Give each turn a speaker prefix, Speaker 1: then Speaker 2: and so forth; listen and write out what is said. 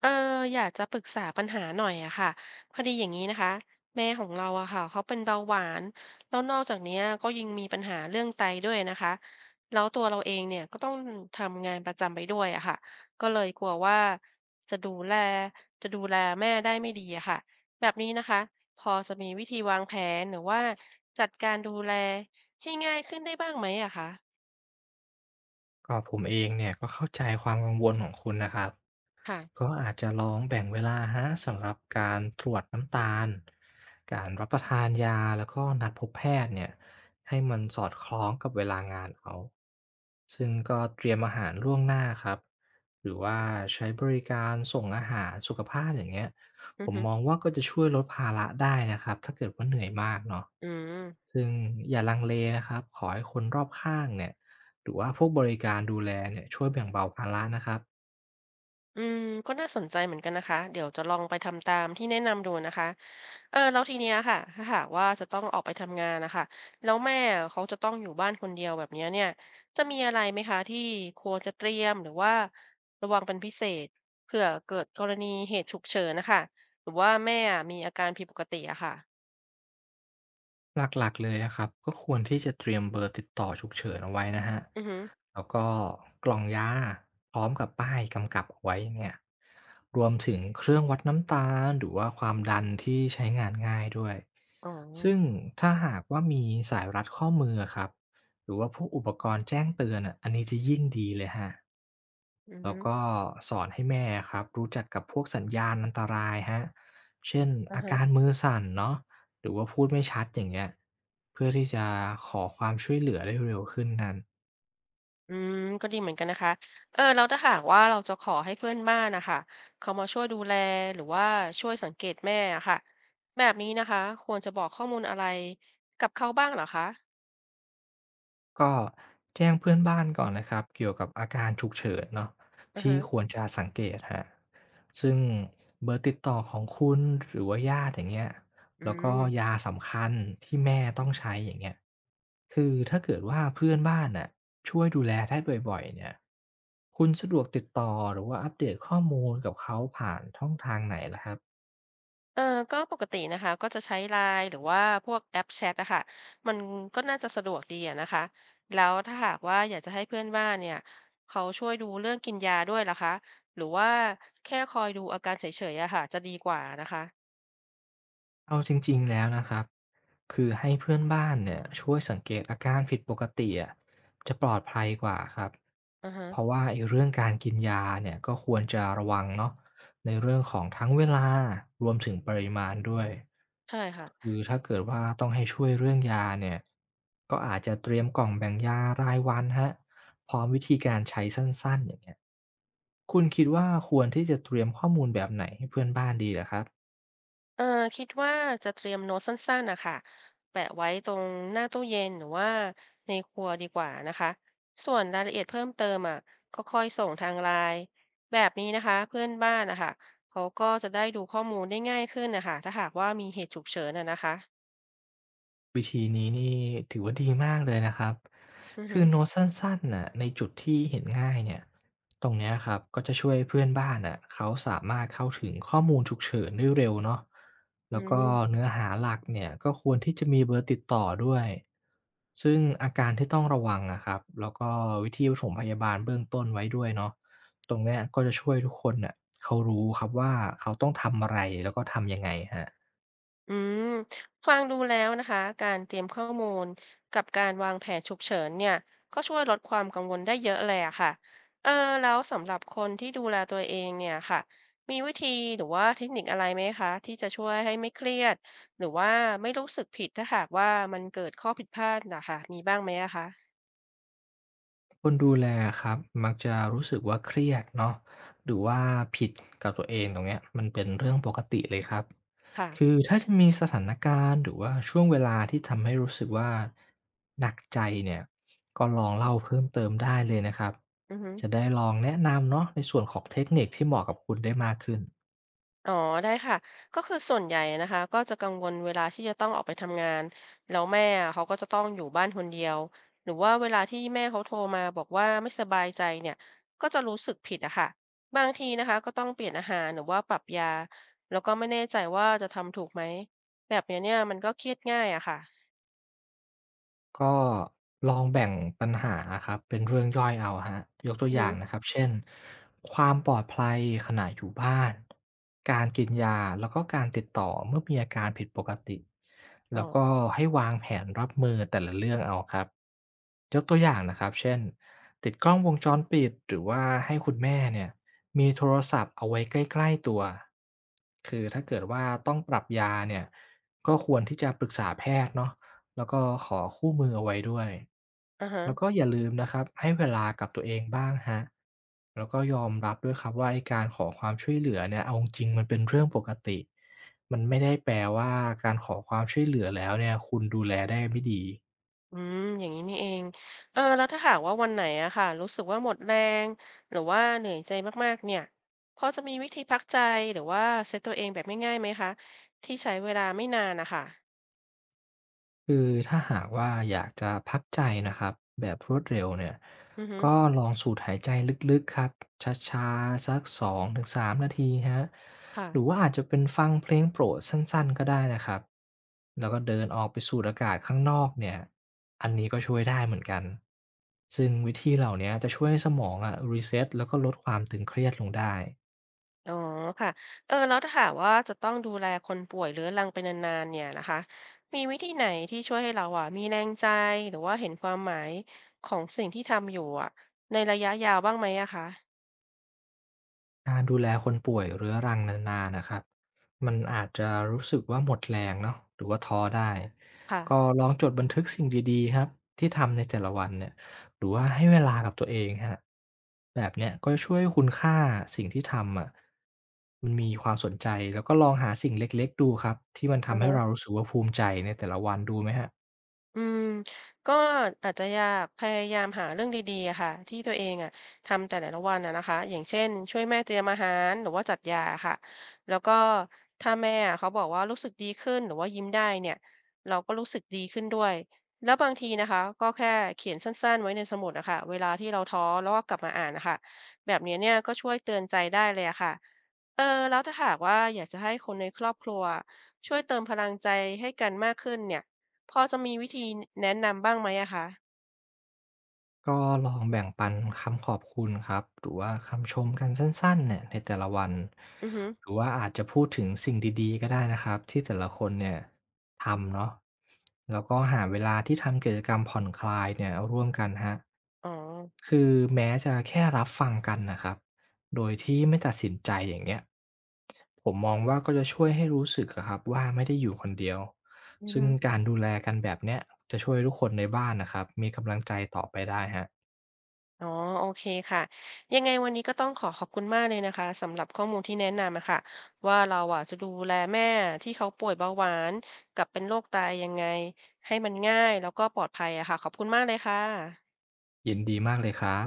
Speaker 1: เอออยากจะปรึกษาปัญหาหน่อยอะค่ะพอดีอย่างนี้นะคะแม่ของเราอะค่ะเขาเป็นเบาหวานแล้วนอกจากเนี้ยก็ยังมีปัญหาเรื่องไตด้วยนะคะแล้วตัวเราเองเนี่ยก็ต้องทำงานประจำไปด้วยอะค่ะก็เลยกลัวว่าจะดูแลจะดูแลแม่ได้ไม่ดีอะค่ะแบบนี้นะคะพอจะมีวิธีวางแผนหรือว่าจัดการดูแลให้ง่ายขึ้นได้บ้างไหมอะคะ
Speaker 2: ก็ผมเองเนี่ยก็เข้าใจความกังวลของคุณนะครับ
Speaker 1: ค่ะ
Speaker 2: ก็อาจจะลองแบ่งเวลาฮะสำหรับการตรวจน้ำตาลการรับประทานยาแล้วก็นัดพบแพทย์เนี่ยให้มันสอดคล้องกับเวลางานเอาซึ่งก็เตรียมอาหารล่วงหน้าครับหรือว่าใช้บริการส่งอาหารสุขภาพอย่างเงี้ย
Speaker 1: อื
Speaker 2: ผ
Speaker 1: อ
Speaker 2: ม
Speaker 1: ฮึ
Speaker 2: มองว่าก็จะช่วยลดภาระได้นะครับถ้าเกิดว่าเหนื่อยมากเนาะ
Speaker 1: อืม
Speaker 2: ซึ่งอย่าลังเลนะครับขอให้คนรอบข้างเนี่ยหรือว่าพวกบริการดูแลเนี่ยช่วยแบ่งเบาภาระนะครับ
Speaker 1: อืมก็น่าสนใจเหมือนกันนะคะเดี๋ยวจะลองไปทำตามที่แนะนำดูนะคะเออแล้วทีเนี้ยค่ะถ้าหากว่าจะต้องออกไปทำงานนะคะแล้วแม่เขาจะต้องอยู่บ้านคนเดียวแบบเนี้ยเนี่ยจะมีอะไรไหมคะที่ควรจะเตรียมหรือว่าระวังเป็นพิเศษเผื่อเกิดกรณีเหตุฉุกเฉินนะคะหรือว่าแม่มีอาการผิดปกติอะค่ะ
Speaker 2: หลักๆเลยอะครับก็ควรที่จะเตรียมเบอร์ติดต่อฉุกเฉินเอาไว้นะครับ
Speaker 1: อือฮึ
Speaker 2: แล้วก็กล่องยาพร้อมกับป้ายกำกับเอาไว้เนี่ยรวมถึงเครื่องวัดน้ำตาลหรือว่าความดันที่ใช้งานง่ายด้วย
Speaker 1: อ๋อ
Speaker 2: ซึ่งถ้าหากว่ามีสายรัดข้อมืออะครับหรือว่าพวกอุปกรณ์แจ้งเตือนอะอันนี้จะยิ่งดีเลยครับ
Speaker 1: อือ
Speaker 2: แล้
Speaker 1: ฮึ
Speaker 2: วก็สอนให้แม่ครับรู้จักกับพวกสัญญาณอันตรายฮะเช่น
Speaker 1: อือ
Speaker 2: อา
Speaker 1: ฮะ
Speaker 2: การมือสั่นเนาะหรือว่าพูดไม่ชัดอย่างเงี้ยเพื่อที่จะขอความช่วยเหลือได้เร็วขึ้นกัน
Speaker 1: อืมก็ดีเหมือนกันนะคะเออแล้วถ้าหากว่าเราจะขอให้เพื่อนบ้านนะคะเขามาช่วยดูแลหรือว่าช่วยสังเกตแม่อะค่ะแบบนี้นะคะควรจะบอกข้อมูลอะไรกับเขาบ้างเหรอคะ
Speaker 2: ก็แจ้งเพื่อนบ้านก่อนนะครับเกี่ยวกับอาการฉุกเฉินเนาะ
Speaker 1: อะ
Speaker 2: ที่
Speaker 1: ฮะ
Speaker 2: ควรจะสังเกตฮะซึ่งเบอร์ติดต่อของคุณหรือว่าญาติอย่างเงี้ย
Speaker 1: อื
Speaker 2: แล้วก็ยา
Speaker 1: ม
Speaker 2: สำคัญที่แม่ต้องใช้อย่างเงี้ยคือถ้าเกิดว่าเพื่อนบ้านน่ะช่วยดูแลได้บ่อยๆเนี่ยคุณสะดวกติดต่อหรือว่าอัปเดตข้อมูลกับเขาผ่านช่องทางไหนล่ะครับ
Speaker 1: เออก็ปกตินะคะก็จะใช้ไลน์หรือว่าพวกแอปแชทอะค่ะมันก็น่าจะสะดวกดีอะนะคะแล้วถ้าหากว่าอยากจะให้เพื่อนบ้านเนี่ยเขาช่วยดูเรื่องกินยาด้วยล่ะคะหรือว่าแค่คอยดูอาการเฉยๆอะค่ะจะดีกว่านะคะ
Speaker 2: เอาจริงๆแล้วนะครับ คือให้เพื่อนบ้านเนี่ยช่วยสังเกตอาการผิดปกติอะจะปลอดภัยกว่าครับ
Speaker 1: ออฮะ
Speaker 2: เพราะว่าไอ้เรื่องการกินยาเนี่ยก็ควรจะระวังเนาะในเรื่องของทั้งเวลารวมถึงปริมาณด้วย
Speaker 1: ใช่ค่ะ
Speaker 2: คือถ้าเกิดว่าต้องให้ช่วยเรื่องยาเนี่ยก็อาจจะเตรียมกล่องแบ่งยารายวันฮะพร้อมวิธีการใช้สั้นๆอย่างเงี้ยคุณคิดว่าควรที่จะเตรียมข้อมูลแบบไหนให้เพื่อนบ้านดีเหรอครับ
Speaker 1: เออคิดว่าจะเตรียมโน้ตสั้นๆนะคะแปะไว้ตรงหน้าตู้เย็นหรือว่าในครัวดีกว่านะคะส่วนรายละเอียดเพิ่มเติมอ่ะก็ค่อยส่งทางไลน์แบบนี้นะคะเพื่อนบ้านนะคะเขาก็จะได้ดูข้อมูลได้ง่ายขึ้นนะคะถ้าหากว่ามีเหตุฉุกเฉินอ่ะนะคะ
Speaker 2: วิธีนี้นี่ถือว่าดีมากเลยนะครับ
Speaker 1: อือ
Speaker 2: คื
Speaker 1: ฮึ
Speaker 2: อโน้ตสั้นๆน่ะในจุดที่เห็นง่ายเนี่ยตรงเนี้ยครับก็จะช่วยเพื่อนบ้านน่ะเขาสามารถเข้าถึงข้อมูลฉุกเฉินได้เร็วเนาะ
Speaker 1: อื
Speaker 2: แล้วก็
Speaker 1: ม
Speaker 2: เนื้อหาหลักเนี่ยก็ควรที่จะมีเบอร์ติดต่อด้วย ซึ่งอาการที่ต้องระวังนะครับแล้วก็วิธีปฐมพยาบาลเบื้องต้นไว้ด้วยเนาะตรงเนี้ยก็จะช่วยทุกคนน่ะเขารู้ครับว่าเขาต้องทำอะไรแล้วก็ทำยังไงฮะ
Speaker 1: อืมฟังดูแล้วนะคะการเตรียมข้อมูลกับการวางแผนฉุกเฉินเนี่ยก็ช่วยลดความกังวลได้เยอะเลยอะค่ะเออแล้วสำหรับคนที่ดูแลตัวเองเนี่ยค่ะมีวิธีหรือว่าเทคนิคอะไรไหมคะที่จะช่วยให้ไม่เครียดหรือว่าไม่รู้สึกผิดถ้าหากว่ามันเกิดข้อผิดพลาดนะคะมีบ้างไหมอะคะ
Speaker 2: คนดูแลครับมักจะรู้สึกว่าเครียดเนาะหรือว่าผิดกับตัวเองตรงเนี้ยมันเป็นเรื่องปกติเลยครับคื
Speaker 1: ค่ะ
Speaker 2: อถ้าจะมีสถานการณ์หรือว่าช่วงเวลาที่ทำให้รู้สึกว่าหนักใจเนี่ยก็ลองเล่าเพิ่มเติมได้เลยนะครับ
Speaker 1: อือฮึ
Speaker 2: จะได้ลองแนะนำเนาะในส่วนของเทคนิคที่เหมาะกับคุณได้มากขึ้น
Speaker 1: อ๋อได้ค่ะก็คือส่วนใหญ่นะคะก็จะกังวลเวลาที่จะต้องออกไปทำงานแล้วแม่อะเขาก็จะต้องอยู่บ้านคนเดียวหรือว่าเวลาที่แม่เขาโทรมาบอกว่าไม่สบายใจเนี่ยก็จะรู้สึกผิดอะค่ะบางทีนะคะก็ต้องเปลี่ยนอาหารหรือว่าปรับยาแล้วก็ไม่แน่ใจว่าจะทำถูกไหมแบบเนี้ยเนี่ยมันก็เครียดง่ายอะค่ะ
Speaker 2: ก็ลองแบ่งปัญหาครับเป็นเรื่องย่อยเอาฮะยกตัว
Speaker 1: อือ
Speaker 2: อ
Speaker 1: ฮึ
Speaker 2: ย่างนะครับเช่นความปลอดภัยขณะอยู่บ้านการกินยาแล้วก็การติดต่อเมื่อมีอาการผิดปกติ
Speaker 1: อ๋อ
Speaker 2: แล้วก็ให้วางแผนรับมือแต่ละเรื่องเอาครับยกตัวอย่างนะครับเช่นติดกล้องวงจรปิดหรือว่าให้คุณแม่เนี่ยมีโทรศัพท์เอาไว้ใกล้ๆตัวคือถ้าเกิดว่าต้องปรับยาเนี่ยก็ควรที่จะปรึกษาแพทย์เนาะ แล้วก็ขอคู่มือเอาไว้ด้วย
Speaker 1: อะฮะ
Speaker 2: แล้วก็อย่าลืมนะครับให้เวลากับตัวเองบ้างครับแล้วก็ยอมรับด้วยครับว่าไอ้การขอความช่วยเหลือเนี่ยเอาจริงๆมันเป็นเรื่องปกติมันไม่ได้แปลว่าการขอความช่วยเหลือแล้วเนี่ยคุณดูแลได้ไม่ดี
Speaker 1: อืมอย่างนี้นี่เอง เออแล้วถ้าหากว่าวันไหนอะค่ะรู้สึกว่าหมดแรงหรือว่าเหนื่อยใจมากๆเนี่ยพอจะมีวิธีพักใจหรือว่าเซตตัวเองแบบง่ายๆไหมคะที่ใช้เวลาไม่นานนะคะ
Speaker 2: คือถ้าหากว่าอยากจะพักใจนะครับแบบรวดเร็วเนี่ย
Speaker 1: อือฮึ
Speaker 2: ก็ลองสูดหายใจลึกๆครับช้าๆสัก2-3นาทีฮะ
Speaker 1: ค่ะ
Speaker 2: หรือว่าอาจจะเป็นฟังเพลงโปรดสั้นๆก็ได้นะครับแล้วก็เดินออกไปสูดอากาศข้างนอกเนี่ยอันนี้ก็ช่วยได้เหมือนกันซึ่งวิธีเหล่านี้จะช่วยให้สมองอะรีเซ็ตแล้วก็ลดความตึงเครียดลงได้
Speaker 1: อ๋อค่ะเออแล้วถ้าหากว่าจะต้องดูแลคนป่วยเรื้อรังไปนานๆเนี่ยนะคะมีวิธีไหนที่ช่วยให้เราอะมีแรงใจ หรือว่าเห็นความหมายของสิ่งที่ทำอยู่อะในระยะยาวบ้างไหมอะคะ
Speaker 2: การดูแลคนป่วยเรื้อรังนานๆนะครับมันอาจจะรู้สึกว่าหมดแรงเนาะหรือว่าท้อได้
Speaker 1: ค่ะ
Speaker 2: ก็ลองจดบันทึกสิ่งดีๆครับที่ทำในแต่ละวันเนี่ยหรือว่าให้เวลากับตัวเองคะแบบเนี้ยก็ช่วยให้คุณค่าสิ่งที่ทำอะมันมีความสนใจแล้วก็ลองหาสิ่งเล็กๆดูครับที่มัน
Speaker 1: อือ
Speaker 2: ทำให้
Speaker 1: ฮะ
Speaker 2: เรารู้สึกว่าภูมิใจในแต่ละวันดูไหมฮะ
Speaker 1: อืมก็อาจจะอยากพยายามหาเรื่องดีๆอะค่ะที่ตัวเองอะทำแต่ละวันอะนะคะอย่างเช่นช่วยแม่เตรียมอาหารหรือว่าจัดยาค่ะแล้วก็ถ้าแม่อะเขาบอกว่ารู้สึกดีขึ้นหรือว่ายิ้มได้เนี่ยเราก็รู้สึกดีขึ้นด้วยแล้วบางทีนะคะก็แค่เขียนสั้นๆไว้ในสมุดอะค่ะเวลาที่เราท้อแล้วก็กลับมาอ่านนะคะแบบนี้เนี่ยก็ช่วยเตือนใจได้เลยอะค่ะเออแล้วถ้าหากว่าอยากจะให้คนในครอบครัวช่วยเติมพลังใจให้กันมากขึ้นเนี่ย พอจะมีวิธีแนะนำบ้างไหมอะคะ
Speaker 2: ก็ลองแบ่งปันคำขอบคุณครับหรือว่าคำชมกันสั้นๆเนี่ยในแต่ละวัน
Speaker 1: อือฮึ
Speaker 2: หรือว่าอาจจะพูดถึงสิ่งดีๆก็ได้นะครับที่แต่ละคนเนี่ยทำเนาะแล้วก็หาเวลาที่ทำกิจกรรมผ่อนคลายเนี่ยร่วมกันคะ
Speaker 1: อ๋อ
Speaker 2: คือแม้จะแค่รับฟังกันนะครับโดยที่ไม่ตัดสินใจอย่างเงี้ยผมมองว่าก็จะช่วยให้รู้สึกอะครับว่าไม่ได้อยู่คนเดียว
Speaker 1: อือ
Speaker 2: ซึ่ง
Speaker 1: ฮึ
Speaker 2: การดูแลกันแบบเนี้ยจะช่วยทุกคนในบ้านนะครับมีกำลังใจต่อไปได้ฮะ
Speaker 1: อ๋อ โอเคค่ะ ยังไงวันนี้ก็ต้องขอขอบคุณมากเลยนะคะสำหรับข้อมูลที่แนะนำอะค่ะว่าเราอะจะดูแลแม่ที่เขาป่วยเบาหวานกับเป็นโรคไตยังไงให้มันง่ายแล้วก็ปลอดภัยอะค่ะขอบคุณมากเลยค่ะ
Speaker 2: ยินดีมากเลยครับ